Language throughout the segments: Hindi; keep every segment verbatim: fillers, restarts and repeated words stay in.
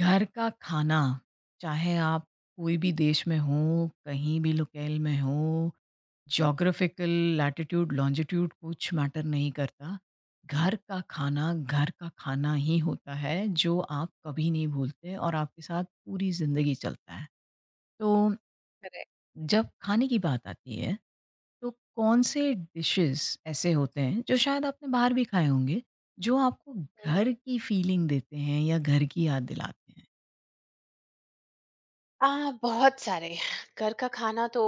घर का खाना चाहे आप कोई भी देश में हो कहीं भी लोकेल में हो जोग्राफिकल लैटिट्यूड लॉन्जिट्यूड कुछ मैटर नहीं करता। घर का खाना घर का खाना ही होता है जो आप कभी नहीं भूलते और आपके साथ पूरी ज़िंदगी चलता है। तो करेक्ट। जब खाने की बात आती है तो कौन से डिशेस ऐसे होते हैं जो शायद आपने बाहर भी खाए होंगे जो आपको हम्म। घर की फीलिंग देते हैं या घर की याद दिलाते हैं? आ, बहुत सारे। घर का खाना तो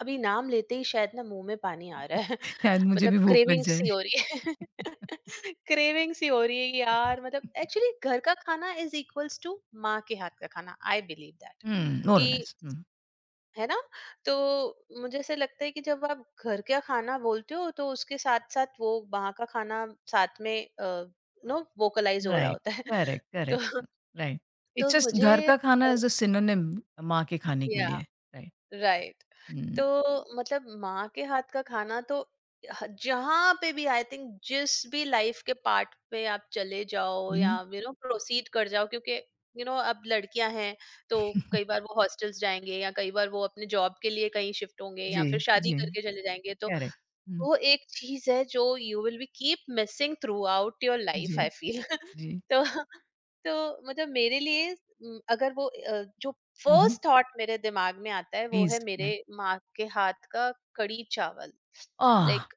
अभी नाम लेते ही शायद ना मुंह में पानी आ रहा है। शायद मुझे मतलब भी भूख लग क्रेविंग जाए। सी हो रही है। क्रेविंग सी हो रही है यार, मतलब एक्चुअली घर का खाना इज इक्वल्स टू माँ के हाथ का खाना। आई बिलीव दैट हुँ, मोर और कि, लेस। हुँ, है ना। तो मुझे ऐसे लगता है कि जब आप घर का खाना बोलते हो तो उसके साथ साथ वो वहाँ का खाना साथ में नो वोकलाइज हो रहा राइट, होता है। करेक्ट, तो करेक्ट, राइट। तो इट्स जस्ट मुझे, घर का खाना इज़ अ सिनोनिम माँ के खाने के या, लिए, राइट। राइट। हुँ, तो मतलब माँ के हाथ का खाना तो ह- जहाँ पे भी आई थिंक जिस भी लाइफ के पार्ट पे आप चले जाओ या हुँ, यू नो प्रोसीड कर जाओ, क्योंकि यू नो अब लड़कियां हैं तो कई बार वो हॉस्टल्स जाएंगे या कई बार वो अपने जॉब के लिए कहीं शिफ्ट होंगे या जी, फिर शादी जी, करके चले जाएंगे। तो करेक्ट, हुँ, वो एक चीज़ है जो you will be keep missing throughout your life जी, आई फील। जी, तो तो मतलब मेरे लिए म, अगर वो अ, जो हुँ, हुँ, फर्स्ट थॉट मेरे दिमाग में आता है वो प्लीज़, है या मेरे माँ के हाथ का कड़ी चावल। आह! लाइक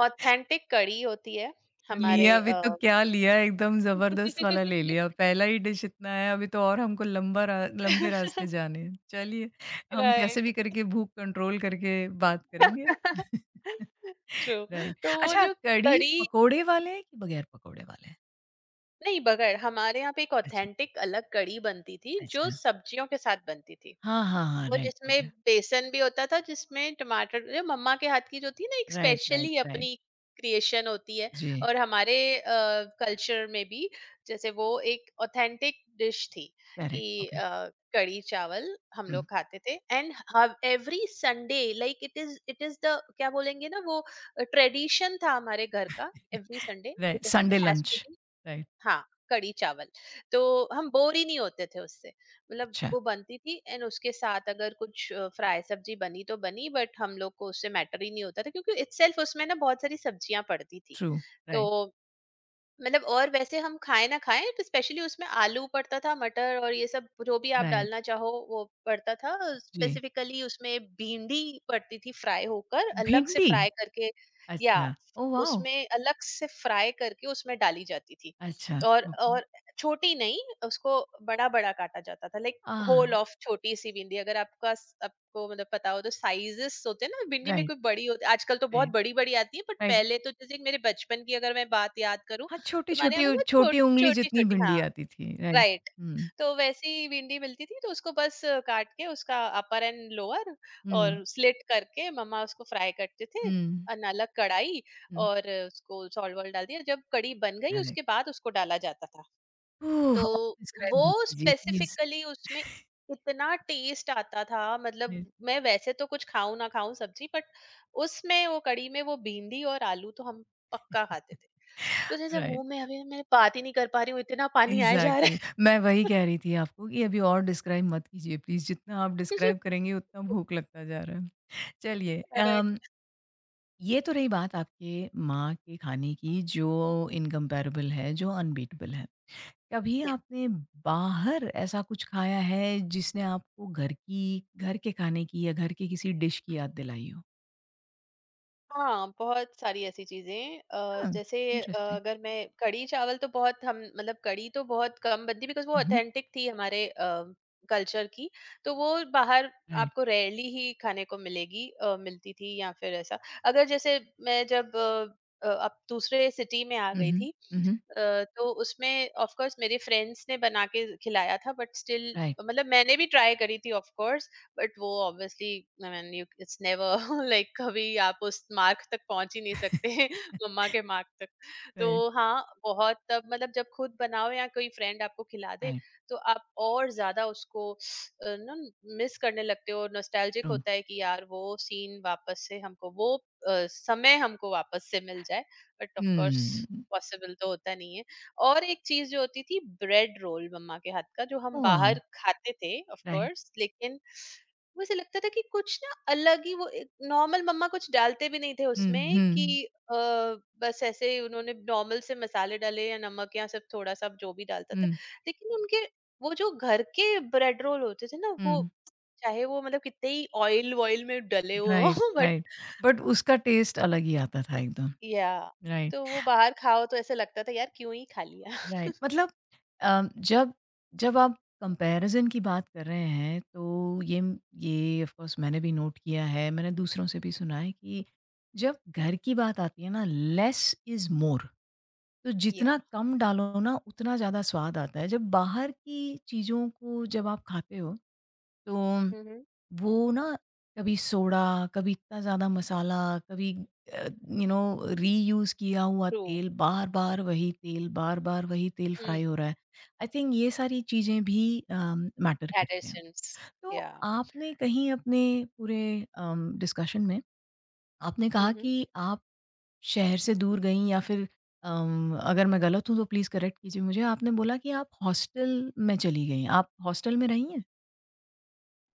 ऑथेंटिक कड़ी होती है हमारे, लिया भी तो क्या लिया, एकदम ज़बरदस्त वाला ले लिया। पहला ही डिश इतना है, अभी तो और हमको लंबा रा लंबे रास्ते जाने हैं। चलिए, हम कैसे राइट। भी करके भूख कंट्रोल करके बात करेंगे। ट्रू। राइट। तो वो अच्छा, जो कढ़ी कड़ी, पकोड़े वाले हैं कि बगैर पकोड़े वाले हैं? नहीं बगैर, हमारे यहाँ पे एक अच्छा, ऑथेंटिक अलग कड़ी बनती थी जो अच्छा। सब्जियों के साथ बनती थी। हाँ, हाँ, हाँ, वो राइट, जिसमें ओके। बेसन भी होता था, जिसमें टमाटर, जो मम्मा के हाथ की जो थी ना, एक राइट, राइट, स्पेशली राइट। अपनी क्रिएशन होती है। जी, और हमारे कल्चर में भी जैसे वो एक ऑथेंटिक डिश थी करेक्ट, कि ओके। अ, कड़ी चावल हम हुँ। लोग खाते थे and every Sunday, like it is, it is the क्या बोलेंगे ना वो, ट्रेडिशन था हमारे घर का। Every Sunday right, it Sunday has lunch, to be, right. हाँ, कढ़ी चावल। तो हम बोर ही नहीं होते थे उससे। मतलब अच्छा, वो बनती थी एंड उसके साथ अगर कुछ अ, फ्राई सब्जी बनी तो बनी, बट हम लोग को उससे मैटर ही नहीं होता था, क्योंकि इटसेल्फ उसमें ना बहुत सारी सब्जियाँ पड़ती थी। ट्रू, तो राइट, मतलब और वैसे हम खाएँ ना खाएँ, तो स्पेशली उसमें आलू पड़ता था, मटर और ये सब जो भी आप राइट, डालना चाहो वो पड़ता था। जी। स्पेसिफिकली उसमें भिंडी पड़ती थी फ्राई होकर, अलग से भिंडी? फ्राई करके, या अच्छा. Oh wow! उसमें अलग से फ्राई करके उसमें डाली जाती थी। अच्छा, और ओके. और छोटी नहीं, उसको बड़ा-बड़ा काटा जाता था, लाइक आह! होल ऑफ छोटी-सी भिंडी। अगर आपका स आपको मतलब पता हो तो साइज़ेज़ होते हैं ना भिंडी में, राइट, कोई बड़ी होती, आजकल तो बहुत राइट, बड़ी-बड़ी आती है, बट राइट। पहले तो जैसे मेरे बचपन की अगर मैं बात याद करूँ, हाँ, तुम्हारे छोटी-छोटी यहाँ पे उ बहुत छोट छोटी उँगली छोटी जितनी छोटी, भिंडी हाँ, आती थी, राइट। राइट। हुँ, तो वैसी भिंडी मिलती थी तो उसको बस अ, काट के उसका अपर एंड लोअर हुँ, और स्लिट करके मम्मा उसको फ्राई करते थे, हुँ, अन- अलग कढ़ाई हुँ, और उसको सॉल्ट वॉल्ट डाल दिया। जब कढ़ी बन गई करेक्ट। उसके बाद उसको डाला जाता था। ओह! तो और डिस्क्राइब मत वो कीजिए प्लीज़। स्पेसिफिकली उसमें इतना टेस्ट आता था, मतलब जी। मैं वैसे तो कुछ खाऊं ना खाऊं सब्जी, बट उसमें वो कढ़ी में वो भिंडी और आलू तो हम पक्का खाते थे। तो जैसे राइट, मुँह में अभी मैं बात ही नहीं कर पा रही हूँ, इतना पानी आए जा रहा एग्ज़ैक्टली। है। मैं वही कह रही थी आपको कि अभी और डिस्क्राइब मत कीजिए प्लीज़, जितना आप क्योंकि डिस्क्राइब करेंगी उतना भूख लगता जा रहा है। चलिए अम, करेक्ट। ये तो रही बात आपके माँ के खाने की जो इनकम्पैरेबल है, जो अनबीटेबल है। कभी क्या? आपने बाहर ऐसा कुछ खाया है जिसने आपको घर की घर के खाने की या घर के किसी डिश की याद दिलाई हो? हाँ, बहुत सारी ऐसी चीज़ें, अ, Oh, जैसे, अ, interesting. अगर मैं कढ़ी चावल तो बहुत हम, मतलब कढ़ी तो बहुत कम बनती, बिकॉज़ वो Mhm. ऑथेंटिक थी हमारे अ, कल्चर की, तो वो बाहर राइट, आपको रेयरली ही खाने को मिलेगी, अ, मिलती थी, या फिर ऐसा। अगर जैसे मैं जब अ, अ, अब दूसरे सिटी में आ गई Mhm. थी, Mhm. अ, तो उसमें ऑफ कोर्स मेरे फ्रेंड्स ने बना के खिलाया था, बट स्टिल राइट, मतलब मैंने भी ट्राई करी थी ऑफ कोर्स, बट वो obviously, I mean you, it's never like, कभी आप उस मार्क तक पहुंच ही नहीं सकते। मम्मा के मार्क तक। तो Right. हाँ, बहुत तब मतलब, जब खुद बनाओ या कोई फ्रेंड आपको खिला दे राइट, तो आप और ज्यादा उसको अ, ना मिस करने लगते हो। Nostalgic true. होता है कि यार वो सीन वापस से हमको वो अ, समय हमको वापस से मिल जाए, but of course Mm. Possible तो होता नहीं है। और एक चीज़ जो होती थी, ब्रेड रोल मम्मा के हाथ का, जो हम Oh, बाहर wow. खाते थे ऑफ राइट। कोर्स, लेकिन मुझे लगता था कि कुछ ना अलग ही वो, एक नॉर्मल, मम्मा कुछ डालते भी नहीं थे उसमें कि Mhm. अ, बस ऐसे ही उन्होंने नॉर्मल से मसाले डाले या नमक या सब थोड़ा-सा जो भी डालता था। Mhm. लेकिन उनके वो जो घर के ब्रेड रोल होते थे ना, वो हुँ। चाहे वो मतलब कितने ही ऑयल वॉयल में डले हुए Right, हों, बट, right. बट उसका टेस्ट अलग ही आता था एकदम, या, राइट। तो वो बाहर खाओ तो ऐसा लगता था यार क्यों ही खा लिया। राइट मतलब अम, जब जब आप कंपैरिजन की बात कर रहे हैं तो ये ये ऑफ कोर्स मैंने भी नोट किया है, मैंने दूसरों से भी सुना है कि जब घर की बात आती है ना लेस इज मोर। तो Yeah. जितना कम डालो ना उतना ज़्यादा स्वाद आता है। जब बाहर की चीज़ों को जब आप खाते हो तो Mhm. वो ना कभी सोडा, कभी इतना ज़्यादा मसाला, कभी अ, यू नो रीयूज़ किया हुआ True. तेल, बार-बार वही तेल, बार-बार वही तेल हुँ। फ्राई हो रहा है। आई थिंक ये सारी चीज़ें भी अम, मैटर दैट इज़ करती हैं। सिंस, तो या, आपने कहीं अपने पूरे अम, डिस्कशन में आपने हुँ, कहा हुँ। कि आप शहर से दूर गईं या फिर अम, अगर मैं गलत हूँ तो प्लीज़ करेक्ट कीजिए मुझे। आपने बोला कि आप हॉस्टल में चली गईं। आप हॉस्टल में रही हैं?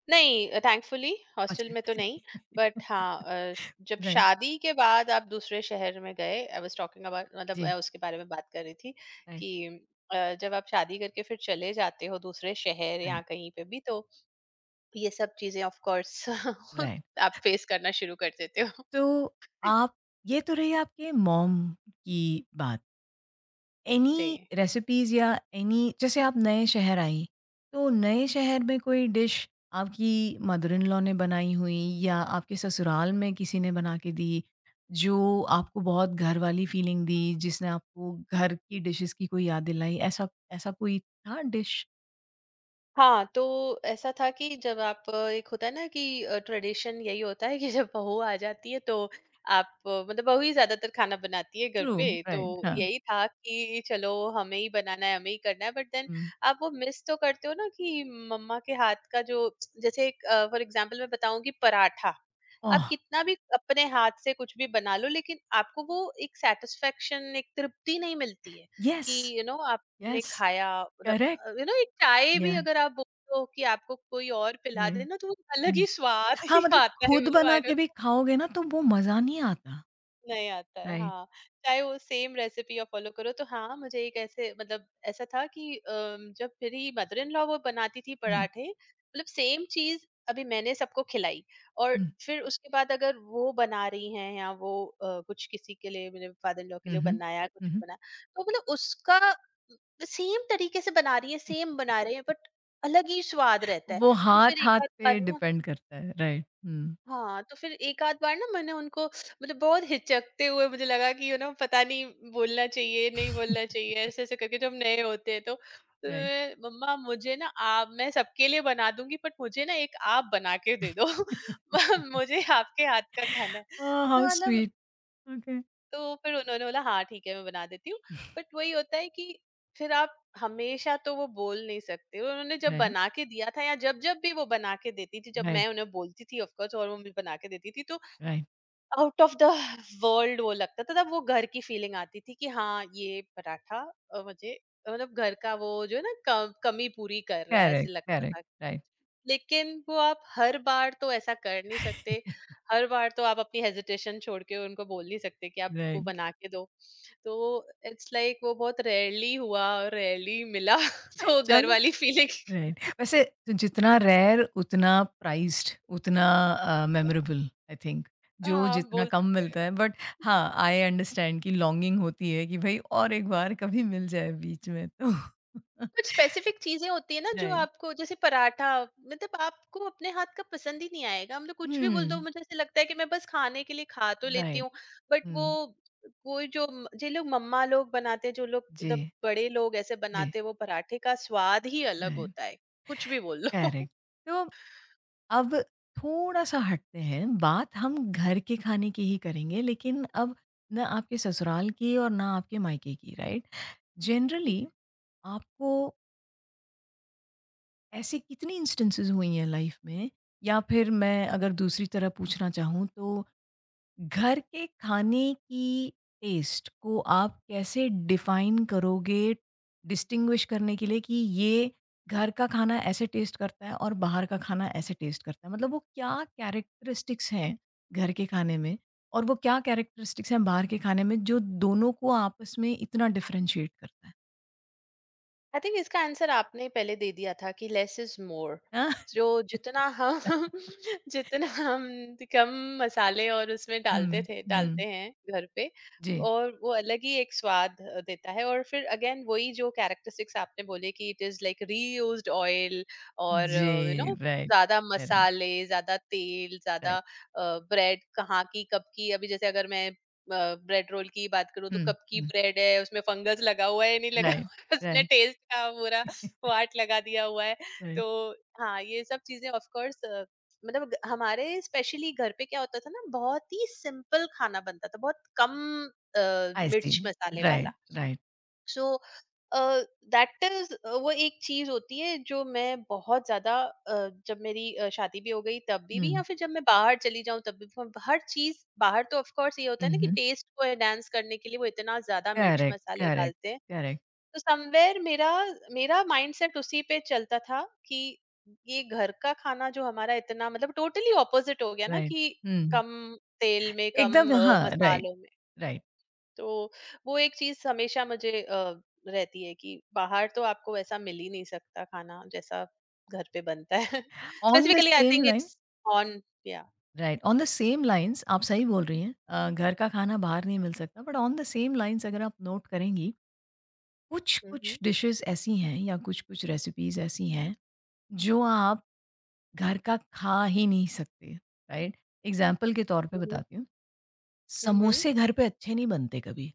नहीं, थैंकफुली हॉस्टल अच्छा। में तो नहीं, बट हाँ, अ, श- जब राइट, शादी के बाद आप दूसरे शहर में गए, आई वाज़ टॉकिंग अबाउट, मतलब जी। मैं उसके बारे में बात कर रही थी राइट, कि अ, जब आप शादी करके फिर चले जाते हो दूसरे शहर या राइट, कहीं पे भी, तो ये सब चीज़ें ऑफ कोर्स राइट। आप फेस करना शुरू कर देते हो। तो आप ये तो रही आपके मॉम की बात। जी। एनी रेसिपीज या एनी, जैसे आप नए शहर आई तो नए शहर में कोई डिश आपकी मदर इन लॉ ने बनाई हुई या आपके ससुराल में किसी ने बना के दी जो आपको बहुत घर वाली फीलिंग दी, जिसने आपको घर की डिशेस की कोई याद दिलाई, ऐसा ऐसा कोई था डिश? हाँ, तो ऐसा था कि जब आप अ, एक होता है ना कि अ, ट्रेडिशन यही होता है कि जब बहू आ जाती है तो आप अ, मतलब बहू ही ज़्यादातर खाना बनाती है घर ट्रू, पे, तो राइट, हाँ, यही था कि चलो हमें ही बनाना है, हमें ही करना है, बट देन आप वो मिस तो करते हो ना कि मम्मा के हाथ का जो, जैसे एक अ, फॉर एग्ज़ाम्पल मैं बताऊँ कि पराठा, ओह, आप कितना भी अपने हाथ से कुछ भी बना लो लेकिन आपको वो एक सैटिस्फैक्शन, एक तृप्ति नहीं मिलती है यस, कि यू you नो know, आपने यस, खाया करेक्ट, मतलब, यू नो एक चाय भी या अगर आप बोलो कि आपको कोई और पिला राइट। दे ना, तो वो अलग ही स्वाद हाँ, ही मतलब आता है, खुद मतलब बना आई के डोंट, भी खाओगे ना, तो वो मज़ा नहीं आता। नहीं आता है, राइट। हाँ। चाहे वो सेम रेसिपी आप फ़ॉलो करो, तो हाँ, मुझे एक ऐसे मतलब ऐसा था कि अ, जब मेरी मदर इन लॉ वो बनाती थी हुँ। पराठे, मतलब सेम चीज़ अभी मैंने सबको खिलाई, और हुँ। फिर उसके बाद अगर वो बना रही हैं या वो अ, कुछ किसी के लिए, मेरे फादर इन लॉ के हुँ, लिए हुँ। बनाया, हुँ, कुछ हुँ। बनाया, तो मतलब उसका सेम तरीके से बना रही है, सेम बना रहे हैं, बट अलग ही स्वाद रहता है। वो तो फिर एक हाथ-हाथ आध बार पे ना, डिपेंड करता है। राइट। हुँ, हाँ, तो फिर एक आध बार ना मैंने उनको, मतलब बहुत हिचकते हुए मुझे लगा कि यू नो पता नहीं बोलना चाहिए, नहीं बोलना चाहिए, ऐसे-ऐसे करके जब नए होते हैं, तो तो राइट। मैं, "मम्मा मुझे ना आप, मैं सबके लिए बना दूँगी बट मुझे ना एक आप बना के दे दो। म मुझे आपके हाथ का खाना है।" ओह, हाउ तो मतलब स्वीट! ओके। तो फिर उन्होंने बोला हाँ ठीक है मैं बना देती हूँ। बट वही होता है कि फिर आप हमेशा तो वो बोल नहीं सकते हो। उन्होंने जब राइट, बना के दिया था या जब-जब भी वो बना के देती थी, जब राइट, मैं उन्हें बोलती थी ऑफ कोर्स और वो मुझे बना के देती थी, तो right. Out of the world वो लगता था। तब वो घर की फीलिंग आती थी कि हाँ ये पराठा अ, मुझे अ, मतलब घर का वो जो है ना कम, कमी पूरी कर रहा है ऐसे करेक्ट, लगता करेक्ट। था। राइट, लेकिन वो आप हर बार तो ऐसा कर नहीं सकते, हर बार तो आप अपनी हेजिटेशन छोड़ के उनको बोल नहीं सकते कि आपको राइट। बना के दो। तो इट्स लाइक like, वो बहुत रेयरली हुआ, रेयरली मिला। तो घर चलो वाली फीलिंग। राइट। वैसे तो जितना रेयर उतना प्राइस्ड, उतना अ, मेमोरेबल आई थिंक। जो हाँ, जितना बोल कम सकते हैं। मिलता है बट हाँ, आई अंडरस्टैंड कि लॉन्गिंग होती है कि भई और एक बार कभी मिल जाए बीच में तो। कुछ स्पेसिफिक चीजें होती है ना, जो राइट। आपको जैसे पराठा, मतलब आपको अपने हाथ का पसंद ही नहीं आएगा, हम लोग कुछ भी बोल दो, हुँ, मुझे ऐसे लगता है कि मैं बस खाने के लिए खा तो लेती राइट। हूँ, बट वो हुँ। कोई जो म- जो लोग मम्मा लोग बनाते हैं, जो लोग जी, मतलब बड़े लोग ऐसे जी। बनाते हैं, वो पराठे का स्वाद ही अलग राइट, होता है, कुछ भी बोल लो। करेक्ट। तो अब थोड़ा-सा हटते हैं, बात हम घर के खाने की ही करेंगे लेकिन अब ना आपके ससुराल की और ना आपके मायके की, राइट? जनरली जी। आपको ऐसे कितनी इंस्टेंसेस हुई हैं लाइफ में, या फिर मैं अगर दूसरी तरह पूछना चाहूँ तो घर के खाने की टेस्ट को आप कैसे डिफाइन करोगे डिस्टिंग्विश करने के लिए कि ये घर का खाना ऐसे टेस्ट करता है और बाहर का खाना ऐसे टेस्ट करता है? मतलब वो क्या कैरेक्टरिस्टिक्स हैं घर के खाने में और वो क्या कैरेक्टरिस्टिक्स हैं बाहर के खाने में जो दोनों को आपस में इतना डिफरेंशिएट करता है? आई थिंक इसका आंसर आपने पहले दे दिया था कि लेस इज मोर। हाँ? जो जितना हम जितना हम कम मसाले और उसमें डालते हम्म, थे हम्म, डालते हैं घर पे, जी, और वो अलग ही एक स्वाद अ, देता है। और फिर अगेन वही जो कैरेक्टरिस्टिक्स आपने बोले कि it is like reused oil, और जी, यू नो राइट, ज्यादा करेक्ट, मसाले, ज्यादा तेल, राइट, ज्यादा ब्रेड, कहाँ की कब की, अभी जैसे अगर मैं ब्रेड रोल की बात करूँ तो हुँ, कब की हुँ, ब्रेड है, उसमें फंगस लगा हुआ है नहीं लगा, राइट, उसने राइट, टेस्ट का पूरा वाट लगा दिया हुआ है। राइट, तो हाँ, ये सब चीजें ऑफ कोर्स, मतलब ग- हमारे स्पेशली घर पे क्या होता था ना, बहुत ही सिंपल खाना बनता था, बहुत कम अ, आई सी, मिर्च मसाले वाला। Right, right, so that is, वो एक चीज होती है जो मैं बहुत ज्यादा अ, जब मेरी अ, शादी भी हो गई तब भी भी या हुँ, फिर जब मैं बाहर चली जाऊं तब भी, मैं हर चीज बाहर तो ऑफ कोर्स ये होता हुँ, है ना कि हुँ, टेस्ट को एनहांस करने के लिए वो इतना ज्यादा मिर्च करेक्ट, मसाले करेक्ट, डालते हैं। करेक्ट, तो समवेयर मेरा मेरा माइंडसेट उसी पे चलता था कि ये घर का खाना जो हमारा इतना मतलब टोटली ऑपोजिट हो गया ना राइट, कि हुँ, कम तेल में, कम एकदम अ, हाँ, राइट, मसालों में। राइट, तो वो एक चीज हमेशा मुझे अ, रहती है कि बाहर तो आपको वैसा मिल ही नहीं सकता खाना जैसा घर पे बनता है। On the specifically I same think line, it's on, yeah, right, on the same lines आप सही बोल रही हैं। अ, घर का खाना बाहर नहीं मिल सकता, but on the same lines अगर आप नोट करेंगी, कुछ-कुछ हम्म, डिशेज़ ऐसी हैं या कुछ-कुछ रेसिपीज़ ऐसी हैं, जो आप घर का खा ही नहीं सकते, राइट? एग्ज़ाम्पल के तौर पे हम्म, बताती हूँ, हम्म, समोसे घर पे अच्छे नहीं बनते कभी।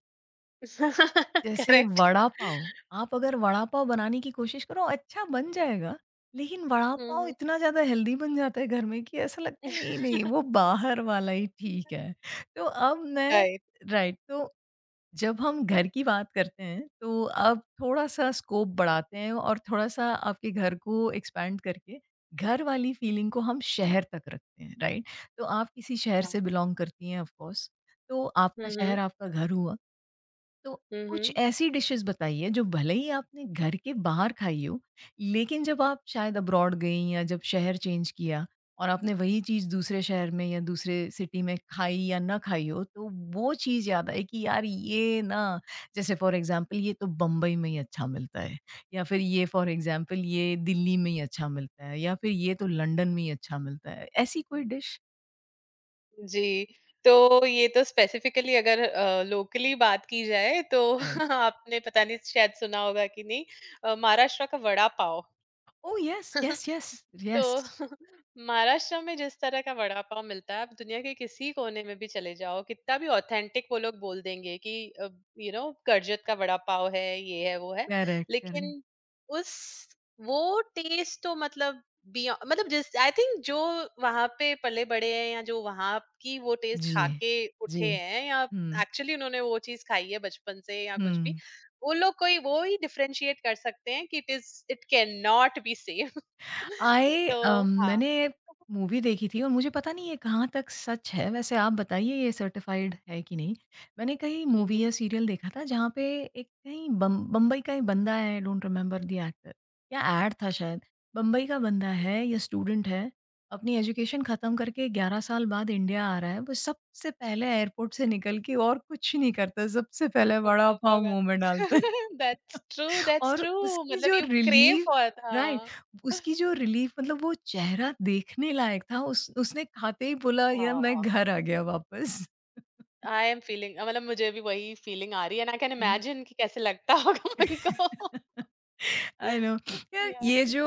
जैसे करेक्ट, वड़ा पाव, आप अगर वड़ा पाव बनाने की कोशिश करो अच्छा बन जाएगा, लेकिन वड़ा पाव हम्म। इतना ज़्यादा हेल्दी बन जाता है घर में कि ऐसा लगता है नहीं, नहीं वो बाहर वाला ही ठीक है। तो अब मैं राइट, राइट तो जब हम घर की बात करते हैं तो आप थोड़ा-सा स्कोप बढ़ाते हैं और थोड़ा-सा आपके घर को एक्सपैंड करके घर वाली फीलिंग को हम शहर तक रखते हैं, राइट? तो आप किसी शहर से बिलॉन्ग करती हैं ऑफ कोर्स, तो आपका हम्म, शहर आपका घर हुआ। तो हम्म। कुछ ऐसी डिशेस बताइए जो भले ही आपने घर के बाहर खाई हो, लेकिन जब आप शायद अब्रॉड गईं या जब शहर चेंज किया और आपने वही चीज़ दूसरे शहर में या दूसरे सिटी में खाई या ना खाई हो, तो वो चीज़ याद आई कि यार ये ना, जैसे फॉर एग्ज़ाम्पल ये तो बम्बई में ही अच्छा मिलता है, या फिर ये फॉर एग्ज़ाम्पल ये दिल्ली में ही अच्छा मिलता है, या फिर ये तो लंदन में ही अच्छा मिलता है। ऐसी कोई डिश? जी, तो ये तो स्पेसिफिकली अगर अ, लोकली बात की जाए तो, राइट। आपने पता नहीं शायद सुना होगा कि नहीं, अ, महाराष्ट्र का vada pav. Oh! Yes, yes, yes, yes. तो महाराष्ट्र में जिस तरह का वड़ा पाव मिलता है, आप दुनिया के किसी कोने में भी चले जाओ, कितना भी ऑथेंटिक वो लोग बोल देंगे कि यू नो कर्जत का वड़ा पाव है, ये है, वो है, करेक्ट, करेक्ट। लेकिन उस, वो टेस्ट तो मतलब बियॉ, मतलब जिस आई थिंक जो वहां पे पले बड़े हैं या जो वहां की वो टेस्ट खा जी, के जी। उठे हैं, या हुँ, एक्चुअली उन्होंने वो चीज खाई है बचपन से या कुछ भी, हुँ। वो लोग कोई वो ही डिफरेंशिएट कर सकते हैं कि it is, it can not be same. I तो अम, हाँ। मैंने मूवी देखी थी और मुझे पता नहीं ये कहाँ तक सच है, वैसे आप बताइए ये सर्टिफ़ाइड है कि नहीं? मैंने कहीं हुँ, मूवी हुँ, या सीरियल देखा था जहाँ पे एक कहीं बम बम्बई का ही बंदा है, I don't remember the actor, या एड था शायद। बम्बई का बंदा है या स्टूडेंट है, अपनी एजुकेशन ख़त्म करके ग्यारह साल बाद इंडिया आ रहा है, वो सबसे पहले एयरपोर्ट से निकल के और कुछ नहीं करता, सबसे पहले वड़ा वड़ा-पाव पाव मुँह खाते। में डालता है। दैट्स ट्रू, दैट्स और ट्रू। उसकी मतलब जो you crave relief, for, right, हाँ। उसकी जो रिलीफ मतलब वो चेहरा देखने लायक था। उस उसने खाते ही बोला यार मैं आह, घर आ गया वापस। आई एम फीलिंग, मतलब मुझे भी वही फीलिंग आ रही है एंड आई कैन इमेजिन कि कैसे लगता होगा उनको। I know. यार ये याह। जो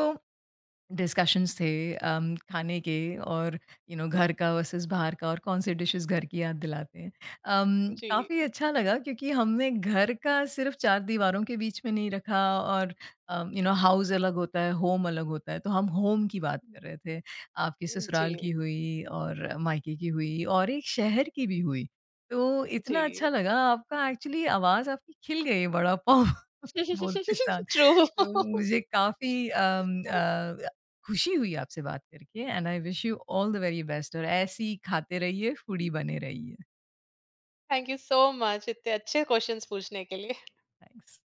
डिस्कशंस थे अम, खाने के और यू नो घर का वर्सेस बाहर का और कौन से डिशेस घर की याद दिलाते हैं। अम, जी। काफ़ी अच्छा लगा क्योंकि हमने घर का सिर्फ चार दीवारों के बीच में नहीं रखा, और अम, यू नो हाउस अलग होता है, होम अलग होता है। तो हम होम की बात कर हुँ, रहे थे, आपकी ससुराल जी, की हुई और मायके की हुई और एक शहर की भी हुई। तो इतना जी। अच्छा लगा आपका, एक्चुअली आवाज़ आपकी खिल गई वड़ा पाव बोलते साथ। ट्रू। तो मुझे काफ़ी अम, अ खुशी हुई आपसे बात करके, and I wish you all the very best, और ऐसे ही खाते रहिए, फूडी बने रहिए। थैंक यू सो मच इतने अच्छे क्वेश्चन्स पूछने के लिए। थैंक्स।